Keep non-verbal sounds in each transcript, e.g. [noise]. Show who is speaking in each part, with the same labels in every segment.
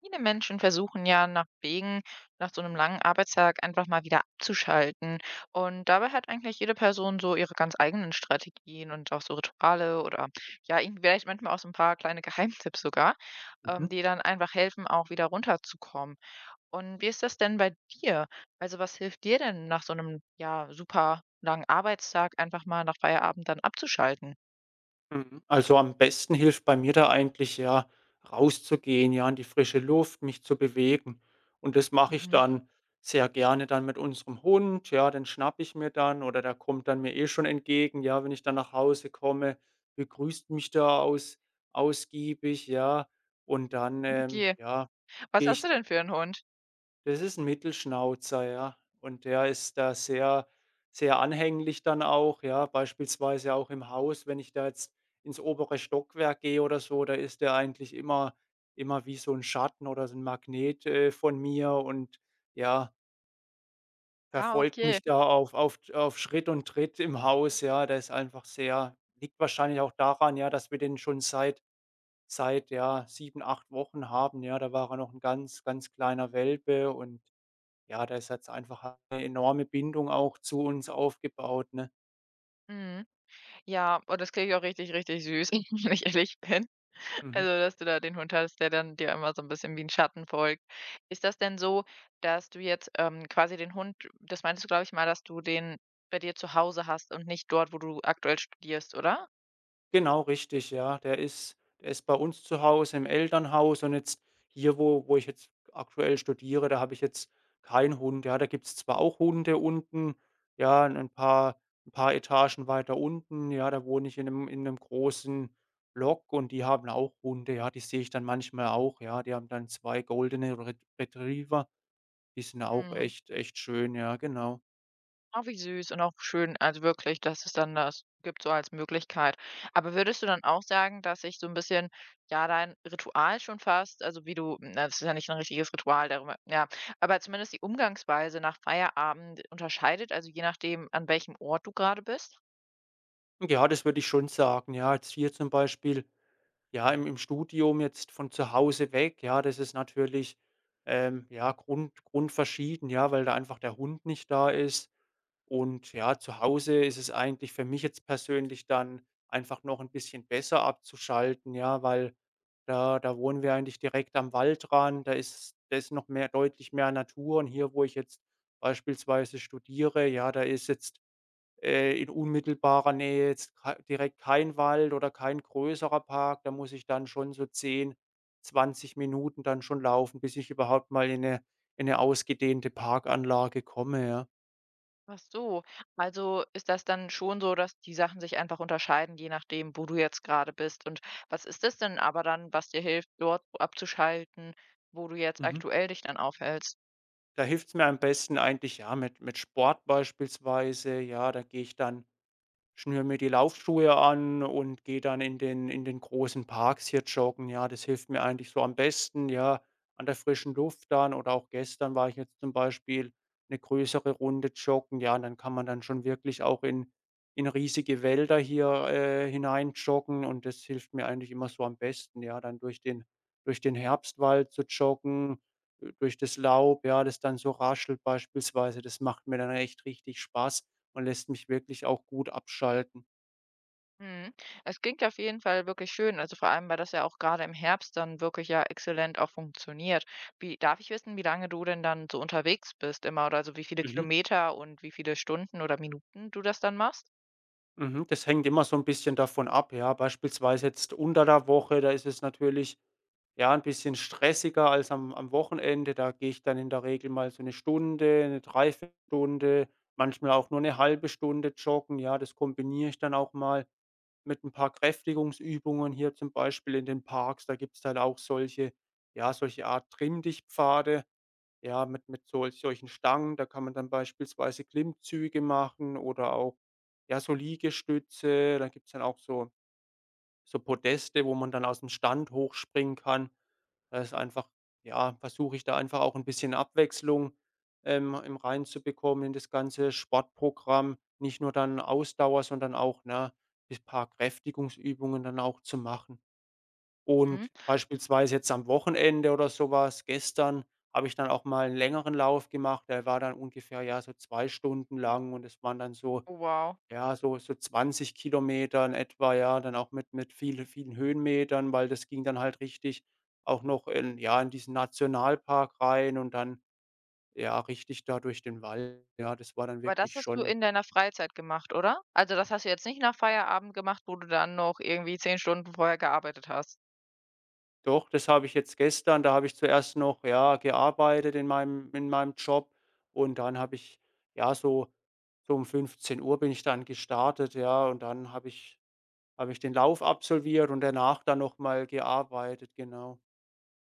Speaker 1: Viele Menschen versuchen ja nach Wegen, nach so einem langen Arbeitstag einfach mal wieder abzuschalten. Und dabei hat eigentlich jede Person so ihre ganz eigenen Strategien und auch so Rituale oder ja, irgendwie vielleicht manchmal auch so ein paar kleine Geheimtipps sogar,
Speaker 2: Mhm.
Speaker 1: die dann einfach helfen, auch wieder runterzukommen. Und wie ist das denn bei dir? Also, was hilft dir denn nach so einem ja, super langen Arbeitstag einfach mal nach Feierabend dann abzuschalten?
Speaker 2: Mhm. Also, am besten hilft bei mir da eigentlich, ja, rauszugehen, ja, in die frische Luft, mich zu bewegen. Und das mache ich
Speaker 1: Mhm.
Speaker 2: dann sehr gerne dann mit unserem Hund, ja, den schnapp ich mir dann, oder der kommt dann mir eh schon entgegen, ja, wenn ich dann nach Hause komme, begrüßt mich da ausgiebig, ja. Und dann,
Speaker 1: Okay.
Speaker 2: ja,
Speaker 1: Was
Speaker 2: gehe
Speaker 1: hast du
Speaker 2: ich
Speaker 1: denn für einen Hund?
Speaker 2: das ist 'n Mittelschnauzer, ja. Und der ist da sehr anhänglich dann auch, ja. Beispielsweise auch im Haus, wenn ich da jetzt ins obere Stockwerk gehe oder so, da ist der eigentlich immer wie so 'n Schatten oder so 'n Magnet, von mir und ja,
Speaker 1: Ah,
Speaker 2: verfolgt
Speaker 1: okay.
Speaker 2: mich da auf Schritt und Tritt im Haus, ja. Der ist einfach sehr liegt wahrscheinlich auch daran, ja, dass wir den schon seit, ja, 7, 8 Wochen haben, ja. Da war er noch 'n ganz, ganz kleiner Welpe und ja, da ist jetzt einfach eine enorme Bindung auch zu uns aufgebaut, ne?
Speaker 1: Mhm. Ja, und das klingt auch richtig, richtig süß, [laughs] wenn ich ehrlich bin. Also,
Speaker 2: Mhm.
Speaker 1: dass du da den Hund hast, der dann dir immer so ein bisschen wie ein Schatten folgt. Ist das denn so, dass du jetzt, quasi den Hund das meintest du, glaube ich mal, dass du den bei dir zu Hause hast und nicht dort, wo du aktuell studierst, oder?
Speaker 2: Genau, richtig, ja. Der ist bei uns zu Hause im Elternhaus, und jetzt hier, wo ich jetzt aktuell studiere, da habe ich jetzt keinen Hund. Ja, da gibt's zwar auch Hunde unten, ja, und ein paar Etagen weiter unten, ja, da wohne ich in einem großen Block, und die haben auch Hunde, ja, die sehe ich dann manchmal auch, ja. Die haben dann 2 Goldene Retriever, die sind auch
Speaker 1: Mhm.
Speaker 2: echt schön, ja, genau.
Speaker 1: Ah, wie süß und auch schön, also wirklich, dass es dann das gibt so als Möglichkeit. Aber würdest du dann auch sagen, dass sich so 'n bisschen, ja, dein Ritual schon fast also, wie du na, das ist ja nicht 'n richtiges Ritual darüber ja, aber zumindest die Umgangsweise nach Feierabend unterscheidet, also, je nachdem, an welchem Ort du grade bist?
Speaker 2: Ja, das würde ich schon sagen. Ja, jetzt hier zum Beispiel, ja, im Studium jetzt von zu Hause weg, ja, das ist natürlich, ja, grundverschieden, ja, weil da einfach der Hund nicht da ist. Und ja, zu Hause ist es eigentlich für mich jetzt persönlich dann einfach noch ein bisschen besser abzuschalten, ja, weil da wohnen wir eigentlich direkt am Waldrand, da ist noch mehr deutlich mehr Natur, und hier, wo ich jetzt beispielsweise studiere, ja, da ist jetzt in unmittelbarer Nähe jetzt kei direkt kein Wald oder kein größerer Park. Da muss ich dann schon so 10, 20 Minuten dann schon laufen, bis ich überhaupt mal in eine in 'ne ausgedehnte Parkanlage komme, ja.
Speaker 1: Ach so, also, ist das dann schon so, dass die Sachen sich einfach unterscheiden, je nachdem, wo du jetzt grade bist? Und was ist das denn aber dann, was dir hilft, dort abzuschalten, wo du jetzt
Speaker 2: Mhm.
Speaker 1: aktuell dich dann aufhältst?
Speaker 2: Da hilft's mir am besten eigentlich, ja, mit Sport beispielsweise, ja, da gehe ich dann schnür mir die Laufschuhe an und gehe dann in den großen Parks hier joggen. Ja, das hilft mir eigentlich so am besten, ja, an der frischen Luft dann, oder auch gestern war ich jetzt zum Beispiel eine größere Runde joggen. Ja, und dann kann man dann schon wirklich auch in riesige Wälder hier, hinein joggen, und das hilft mir eigentlich immer so am besten, ja, dann durch den Herbstwald zu joggen, durch das Laub, ja, das dann so raschelt beispielsweise. Das macht mir dann echt richtig Spaß und lässt mich wirklich auch gut abschalten.
Speaker 1: Mhm. Es klingt ja auf jeden Fall wirklich schön, also vor allem, weil das ja auch gerade im Herbst dann wirklich ja exzellent auch funktioniert. Wie, darf ich wissen, wie lange du denn dann so unterwegs bist immer oder also wie viele
Speaker 2: Mhm.
Speaker 1: Kilometer und wie viele Stunden oder Minuten du das dann machst?
Speaker 2: Mhm, das hängt immer so ein bisschen davon ab, ja. Beispielsweise jetzt unter der Woche, da ist es natürlich, ja, ein bisschen stressiger als am Wochenende. Da gehe ich dann in der Regel mal so eine Stunde, eine Dreiviertelstunde, manchmal auch nur eine halbe Stunde joggen. Ja, das kombiniere ich dann auch mal mit ein paar Kräftigungsübungen hier zum Beispiel in den Parks. Da gibt's dann auch solche ja, solche Art Trimm-dich-Pfade. Ja, mit solchen Stangen, da kann man dann beispielsweise Klimmzüge machen oder auch, ja, so Liegestütze. Da gibt's dann auch so Podeste, wo man dann aus dem Stand hochspringen kann. Da ist einfach ja, versuche ich da einfach auch ein bisschen Abwechslung, im reinzubekommen in das ganze Sportprogramm. Nicht nur dann Ausdauer, sondern auch, ne, bis paar Kräftigungsübungen dann auch zu machen.
Speaker 1: Mhm.
Speaker 2: Und beispielsweise jetzt am Wochenende oder sowas gestern habe ich dann auch mal einen längeren Lauf gemacht. Der war dann ungefähr, ja, so 2 Stunden lang, und es waren dann so
Speaker 1: Oh, wow.
Speaker 2: ja, so 20 Kilometer in etwa, ja, dann auch mit vielen Höhenmetern, weil das ging dann halt richtig auch noch in ja, in diesen Nationalpark rein, und dann, ja, richtig da durch den Wald. Ja, das war dann
Speaker 1: Aber
Speaker 2: wirklich
Speaker 1: das hast du
Speaker 2: schon
Speaker 1: in deiner Freizeit gemacht, oder? Also das hast du jetzt nicht nach Feierabend gemacht, wo du dann noch irgendwie 10 Stunden vorher gearbeitet hast.
Speaker 2: doch, das habe ich jetzt gestern da habe ich zuerst noch, ja, gearbeitet in meinem Job, und dann habe ich ja, so so um 15 Uhr bin ich dann gestartet, ja, und dann habe ich den Lauf absolviert und danach dann noch mal gearbeitet, genau.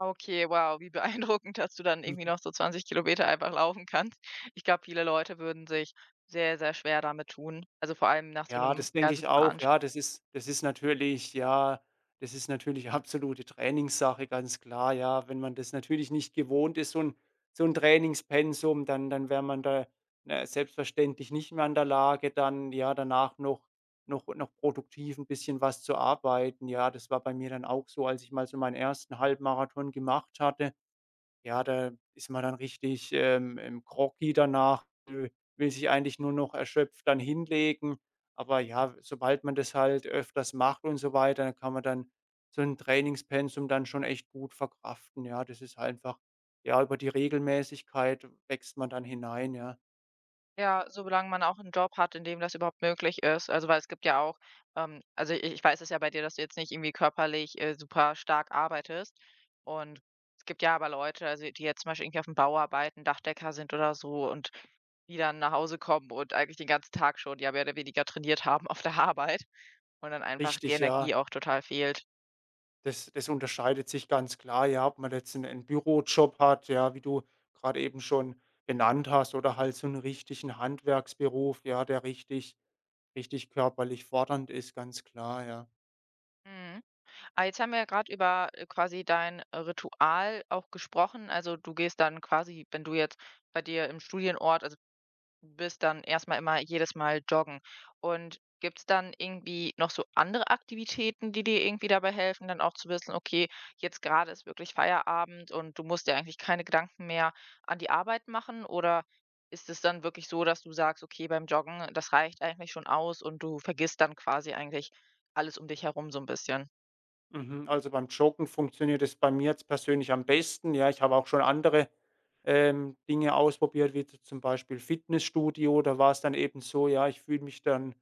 Speaker 1: Okay, wow, wie beeindruckend, dass du dann irgendwie noch so 20 Kilometer einfach laufen kannst. Ich glaube, viele Leute würden sich sehr, sehr schwer damit tun. Also vor allem nach so
Speaker 2: Ja,
Speaker 1: einem
Speaker 2: das
Speaker 1: ja,
Speaker 2: denke ich
Speaker 1: super
Speaker 2: auch.
Speaker 1: anst
Speaker 2: Ja, das ist natürlich ja, das ist natürlich [laughs] absolute Trainingssache, ganz klar, ja. Wenn man das natürlich nicht gewohnt ist, so ein Trainingspensum, dann wäre man da, na, selbstverständlich nicht mehr in der Lage, dann, ja, danach noch produktiv ein bisschen was zu arbeiten. Ja, das war bei mir dann auch so, als ich mal so meinen ersten Halbmarathon gemacht hatte. Ja, da ist man dann richtig, groggy danach, will sich eigentlich nur noch erschöpft dann hinlegen. Aber ja, sobald man das halt öfters macht und so weiter, dann kann man dann so ein Trainingspensum dann schon echt gut verkraften. Ja, das ist einfach ja, über die Regelmäßigkeit wächst man dann hinein, ja.
Speaker 1: ja, solange man auch einen Job hat, in dem das überhaupt möglich ist. Also, weil es gibt ja auch also, i ich weiß es ja bei dir, dass du jetzt nicht irgendwie körperlich, super stark arbeitest. Und es gibt ja aber Leute, also, die jetzt zum Beispiel irgendwie auf'm Bau arbeiten, Dachdecker sind oder so und die dann nach Hause kommen und eigentlich den ganzen Tag schon, ja, mehr oder weniger trainiert haben auf der Arbeit. Und dann einfach die
Speaker 2: Richtig, ja.
Speaker 1: Energie auch total fehlt.
Speaker 2: Das unterscheidet sich ganz klar, ja, ob man jetzt einen 'n Bürojob hat, ja, wie du gerade eben schon benannt hast, oder halt so einen richtigen Handwerksberuf, ja, der richtig körperlich fordernd ist, ganz klar, ja.
Speaker 1: Mhm. Ah, jetzt haben wir ja grad über, quasi dein Ritual auch gesprochen. Also, du gehst dann quasi, wenn du jetzt bei dir im Studienort bist dann erstmal immer jedes Mal joggen. Und gibt es dann irgendwie noch so andere Aktivitäten, die dir irgendwie dabei helfen, dann auch zu wissen: „Okay, jetzt gerade ist wirklich Feierabend und du musst dir eigentlich keine Gedanken mehr an die Arbeit machen?“ Oder ist es dann wirklich so, dass du sagst: „Okay, beim Joggen, das reicht eigentlich schon aus“ und du vergisst dann quasi eigentlich alles um dich herum so ein bisschen?
Speaker 2: Mhm, also, beim Joggen funktioniert es bei mir jetzt persönlich am besten. Ja, ich habe auch schon andere, Dinge ausprobiert, wie z zum Beispiel Fitnessstudio. Da war es dann eben so, ja, ich fühle mich dann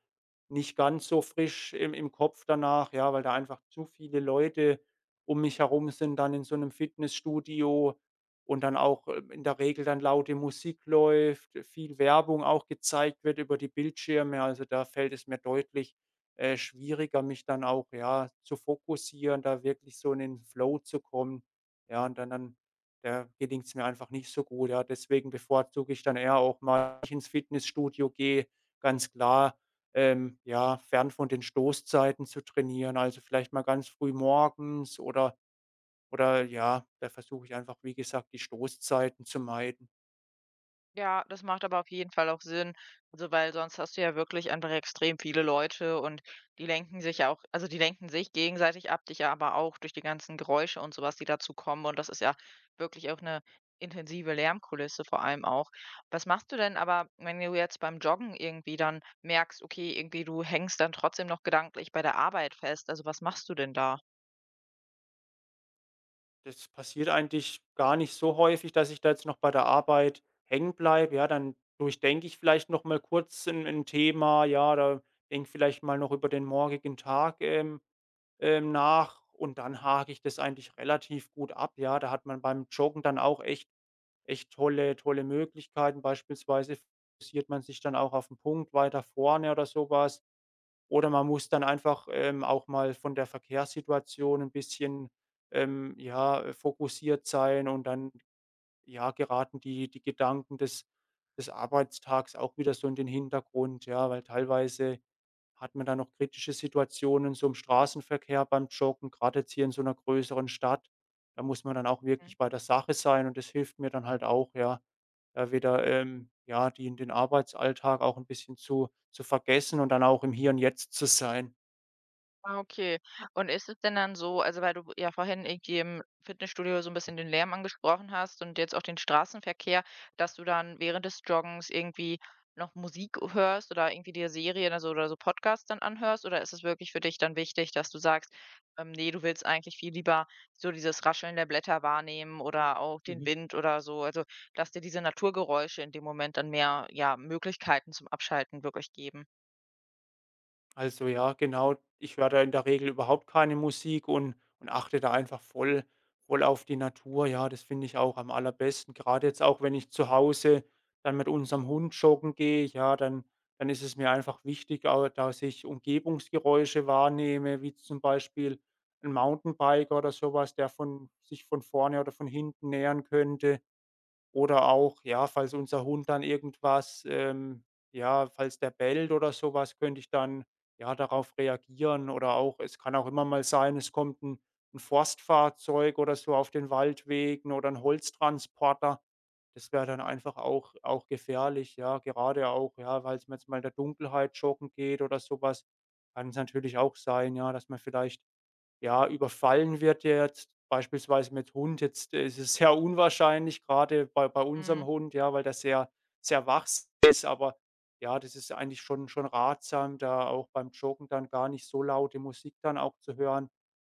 Speaker 2: nicht ganz so frisch im Kopf danach, ja, weil da einfach zu viele Leute um mich herum sind dann in so einem Fitnessstudio, und dann auch, in der Regel dann laute Musik läuft, viel Werbung auch gezeigt wird über die Bildschirme. Also, da fällt es mir deutlich schwieriger, mich dann auch, ja, zu fokussieren, da wirklich so in den Flow zu kommen. Ja, und dann da gelingt es mir einfach nicht so gut, ja. Deswegen bevorzuge ich dann eher auch mal, wenn ich ins Fitnessstudio gehe, ganz klar, ja, fern von den Stoßzeiten zu trainieren, also vielleicht mal ganz früh morgens oder ja, da versuche ich einfach, wie gesagt, die Stoßzeiten zu meiden.
Speaker 1: Ja, das macht aber auf jeden Fall auch Sinn. Also, weil sonst hast du ja wirklich einfach extrem viele Leute und die lenken sich ja auch also, die lenken sich gegenseitig ab, dich ja aber auch durch die ganzen Geräusche und sowas, die dazu kommen. Und das ist ja wirklich auch eine intensive Lärmkulisse vor allem auch. Was machst du denn aber, wenn du jetzt beim Joggen irgendwie dann merkst, okay, irgendwie du hängst dann trotzdem noch gedanklich bei der Arbeit fest? Also, was machst du denn da?
Speaker 2: Das passiert eigentlich gar nicht so häufig, dass ich da jetzt noch bei der Arbeit hängen bleibe. Ja, dann durchdenke ich vielleicht noch mal kurz ein 'n Thema, ja, da denke vielleicht mal noch über den morgigen Tag, nach, und dann hake ich das eigentlich relativ gut ab. Ja, da hat man beim Joggen dann auch echt tolle Möglichkeiten. Beispielsweise fokussiert man sich dann auch auf den Punkt weiter vorne oder sowas. Oder man muss dann einfach, auch mal von der Verkehrssituation ein bisschen, ja, fokussiert sein, und dann, ja, geraten die Gedanken des Arbeitstags auch wieder so in den Hintergrund, ja, weil teilweise hat man da noch kritische Situationen so im Straßenverkehr beim Joggen, gerade jetzt hier in so einer größeren Stadt. Da muss man dann auch wirklich bei der Sache sein, und das hilft mir dann halt auch, ja, da wieder, ja, die in den Arbeitsalltag auch ein bisschen zu vergessen und dann auch im Hier und Jetzt zu sein.
Speaker 1: Ah, okay. Und ist es denn dann so also, weil du ja vorhin irgendwie im Fitnessstudio so ein bisschen den Lärm angesprochen hast und jetzt auch den Straßenverkehr, dass du dann während des Joggens irgendwie noch Musik hörst oder irgendwie dir Serien, also oder so Podcasts dann anhörst? Oder ist es wirklich für dich dann wichtig, dass du sagst, „Ne, du willst eigentlich viel lieber so dieses Rascheln der Blätter wahrnehmen oder auch den
Speaker 2: Mhm.
Speaker 1: Wind oder so?“ Also, dass dir diese Naturgeräusche in dem Moment dann mehr, ja, Möglichkeiten zum Abschalten wirklich geben.
Speaker 2: Also ja, genau. Ich höre da in der Regel überhaupt keine Musik und achte da einfach voll auf die Natur. Ja, das finde ich auch am allerbesten. Gerade jetzt auch, wenn ich zu Hause dann mit unserem Hund joggen gehe, ja, dann ist es mir einfach wichtig, au dass ich Umgebungsgeräusche wahrnehme, wie zum Beispiel ein Mountainbiker oder sowas, der von sich von vorne oder von hinten nähern könnte. Oder auch, ja, falls unser Hund dann irgendwas ja, falls der bellt oder sowas, könnte ich dann, ja, darauf reagieren. Oder auch es kann auch immer mal sein, es kommt ein 'n Forstfahrzeug oder so auf den Waldwegen oder ein Holztransporter. Das wäre dann einfach auch gefährlich, ja, gerade auch, ja, weil's man jetzt mal in der Dunkelheit joggen geht oder sowas, kann es natürlich auch sein, ja, dass man vielleicht ja, überfallen wird jetzt, beispielsweise mit Hund. Jetzt ist es sehr unwahrscheinlich, gerade bei unserem
Speaker 1: Mhm.
Speaker 2: Hund, ja, weil der sehr wach ist, aber ja, das ist eigentlich schon ratsam, da auch beim Joggen dann gar nicht so laute Musik dann auch zu hören,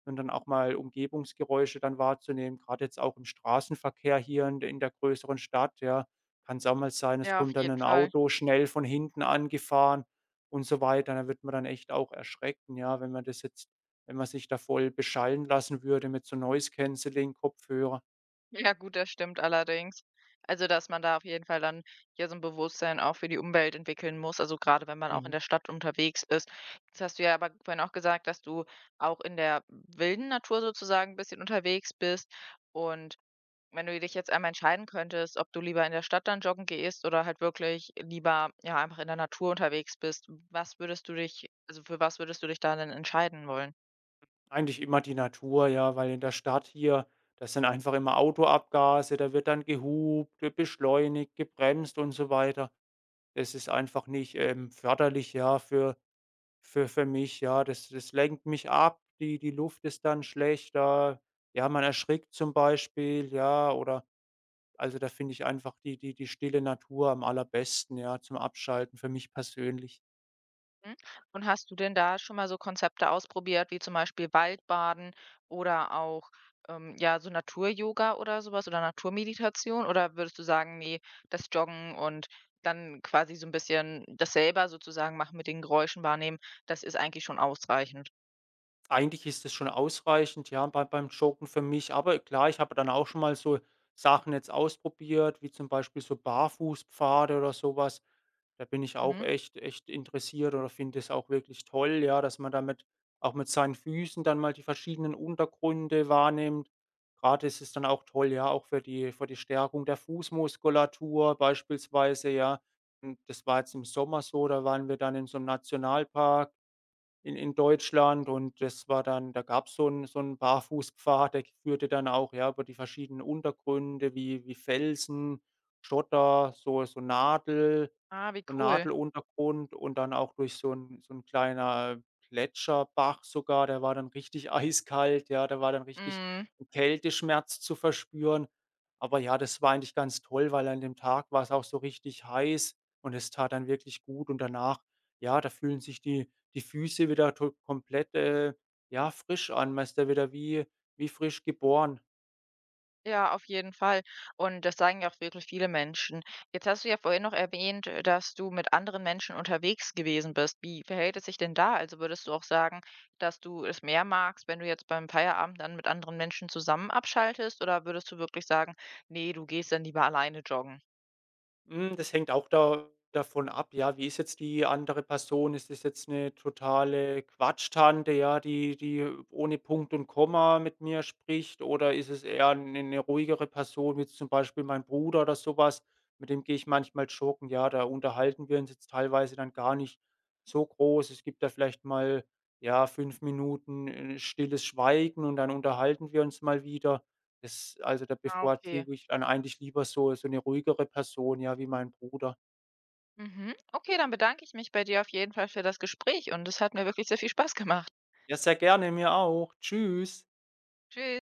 Speaker 2: sondern auch mal Umgebungsgeräusche dann wahrzunehmen. Gerade jetzt auch im Straßenverkehr hier in d in der größeren Stadt, ja, kann's auch mal sein, es
Speaker 1: Ja, auf
Speaker 2: kommt dann
Speaker 1: jeden
Speaker 2: ein
Speaker 1: Fall.
Speaker 2: Auto schnell von hinten angefahren und so weiter. Da wird man dann echt auch erschrecken, ja, wenn man sich da voll beschallen lassen würde mit so Noise Cancelling Kopfhörer.
Speaker 1: Ja gut, das stimmt allerdings. Also, dass man da auf jeden Fall dann ja so ein Bewusstsein auch für die Umwelt entwickeln muss, also gerade wenn man auch in
Speaker 2: Mhm.
Speaker 1: der Stadt unterwegs ist. Jetzt hast du ja aber vorhin auch gesagt, dass du auch in der wilden Natur sozusagen ein bisschen unterwegs bist. Und wenn du dich jetzt einmal entscheiden könntest, ob du lieber in der Stadt dann joggen gehst oder halt wirklich lieber, ja, einfach in der Natur unterwegs bist, was würdest du dich also für was würdest du dich da denn entscheiden wollen?
Speaker 2: Eigentlich immer die Natur, ja, weil in der Stadt hier, das sind einfach immer Autoabgase, da wird dann gehupt, wird beschleunigt, gebremst und so weiter. Das ist einfach nicht, förderlich, ja, für für mich, ja, das lenkt mich ab, die Luft ist dann schlechter. Ja, man erschrickt zum Beispiel, ja, oder also, da finde ich einfach die stille Natur am allerbesten, ja, zum Abschalten für mich persönlich.
Speaker 1: Mhm. Und hast du denn da schon mal so Konzepte ausprobiert, wie zum Beispiel Waldbaden oder auch, ja, so Natur-Yoga oder sowas oder Naturmeditation? Oder würdest du sagen: nee, das Joggen und dann quasi so ein bisschen das selber sozusagen machen mit den Geräuschen wahrnehmen, das ist eigentlich schon ausreichend?“
Speaker 2: Eigentlich ist es schon ausreichend, ja, bei beim Joggen für mich. Aber klar, ich habe dann auch schon mal so Sachen jetzt ausprobiert, wie zum Beispiel so Barfußpfade oder sowas. Da bin ich auch
Speaker 1: Mhm.
Speaker 2: echt interessiert oder finde es auch wirklich toll, ja, dass man damit auch mit seinen Füßen dann mal die verschiedenen Untergründe wahrnimmt. Gerade ist es dann auch toll, ja, auch für die Stärkung der Fußmuskulatur beispielsweise, ja. Und das war jetzt im Sommer so, da waren wir dann in so einem Nationalpark in Deutschland, und das war dann da gab's so 'n Barfußpfad, der führte dann auch, ja, über die verschiedenen Untergründe wie Felsen, Schotter,
Speaker 1: Ah, wie
Speaker 2: so
Speaker 1: cool.
Speaker 2: Nadeluntergrund und dann auch durch so ein kleiner Gletscherbach sogar, der war dann richtig [laughs] eiskalt, ja, da war dann richtig
Speaker 1: Mhm.
Speaker 2: 'n Kälteschmerz zu verspüren. Aber ja, das war eigentlich ganz toll, weil an dem Tag war es auch so richtig heiß, und es tat dann wirklich gut, und danach, ja, da fühlen sich die Füße wieder to komplett, ja, frisch an. Man ist da wieder wie frisch geboren.
Speaker 1: Ja, auf jeden Fall. Und das sagen ja auch wirklich viele Menschen. Jetzt hast du ja vorhin noch erwähnt, dass du mit anderen Menschen unterwegs gewesen bist. Wie verhält es sich denn da? Also würdest du auch sagen, dass du es mehr magst, wenn du jetzt beim Feierabend dann mit anderen Menschen zusammen abschaltest? Oder würdest du wirklich sagen, nee, du gehst dann lieber alleine joggen?
Speaker 2: Hm, das hängt auch da davon ab, ja, wie ist jetzt die andere Person? Ist das jetzt eine totale Quatschtante, ja, die ohne Punkt und Komma mit mir spricht, oder ist es eher eine 'ne ruhigere Person, wie jetzt zum Beispiel mein Bruder oder so was, mit dem gehe ich manchmal joggen, ja, da unterhalten wir uns jetzt teilweise dann gar nicht so groß. Es gibt da vielleicht mal, ja, 5 Minuten, stilles Schweigen, und dann unterhalten wir uns mal wieder. Das also, da
Speaker 1: Ah, okay.
Speaker 2: bevorzuge ich dann eigentlich lieber so eine ruhigere Person, ja, wie mein Bruder.
Speaker 1: Mhm. Okay, dann bedanke ich mich bei dir auf jeden Fall für das Gespräch und es hat mir wirklich sehr viel Spaß gemacht.
Speaker 2: Ja, sehr gerne, mir auch. Tschüss.
Speaker 1: Tschüss.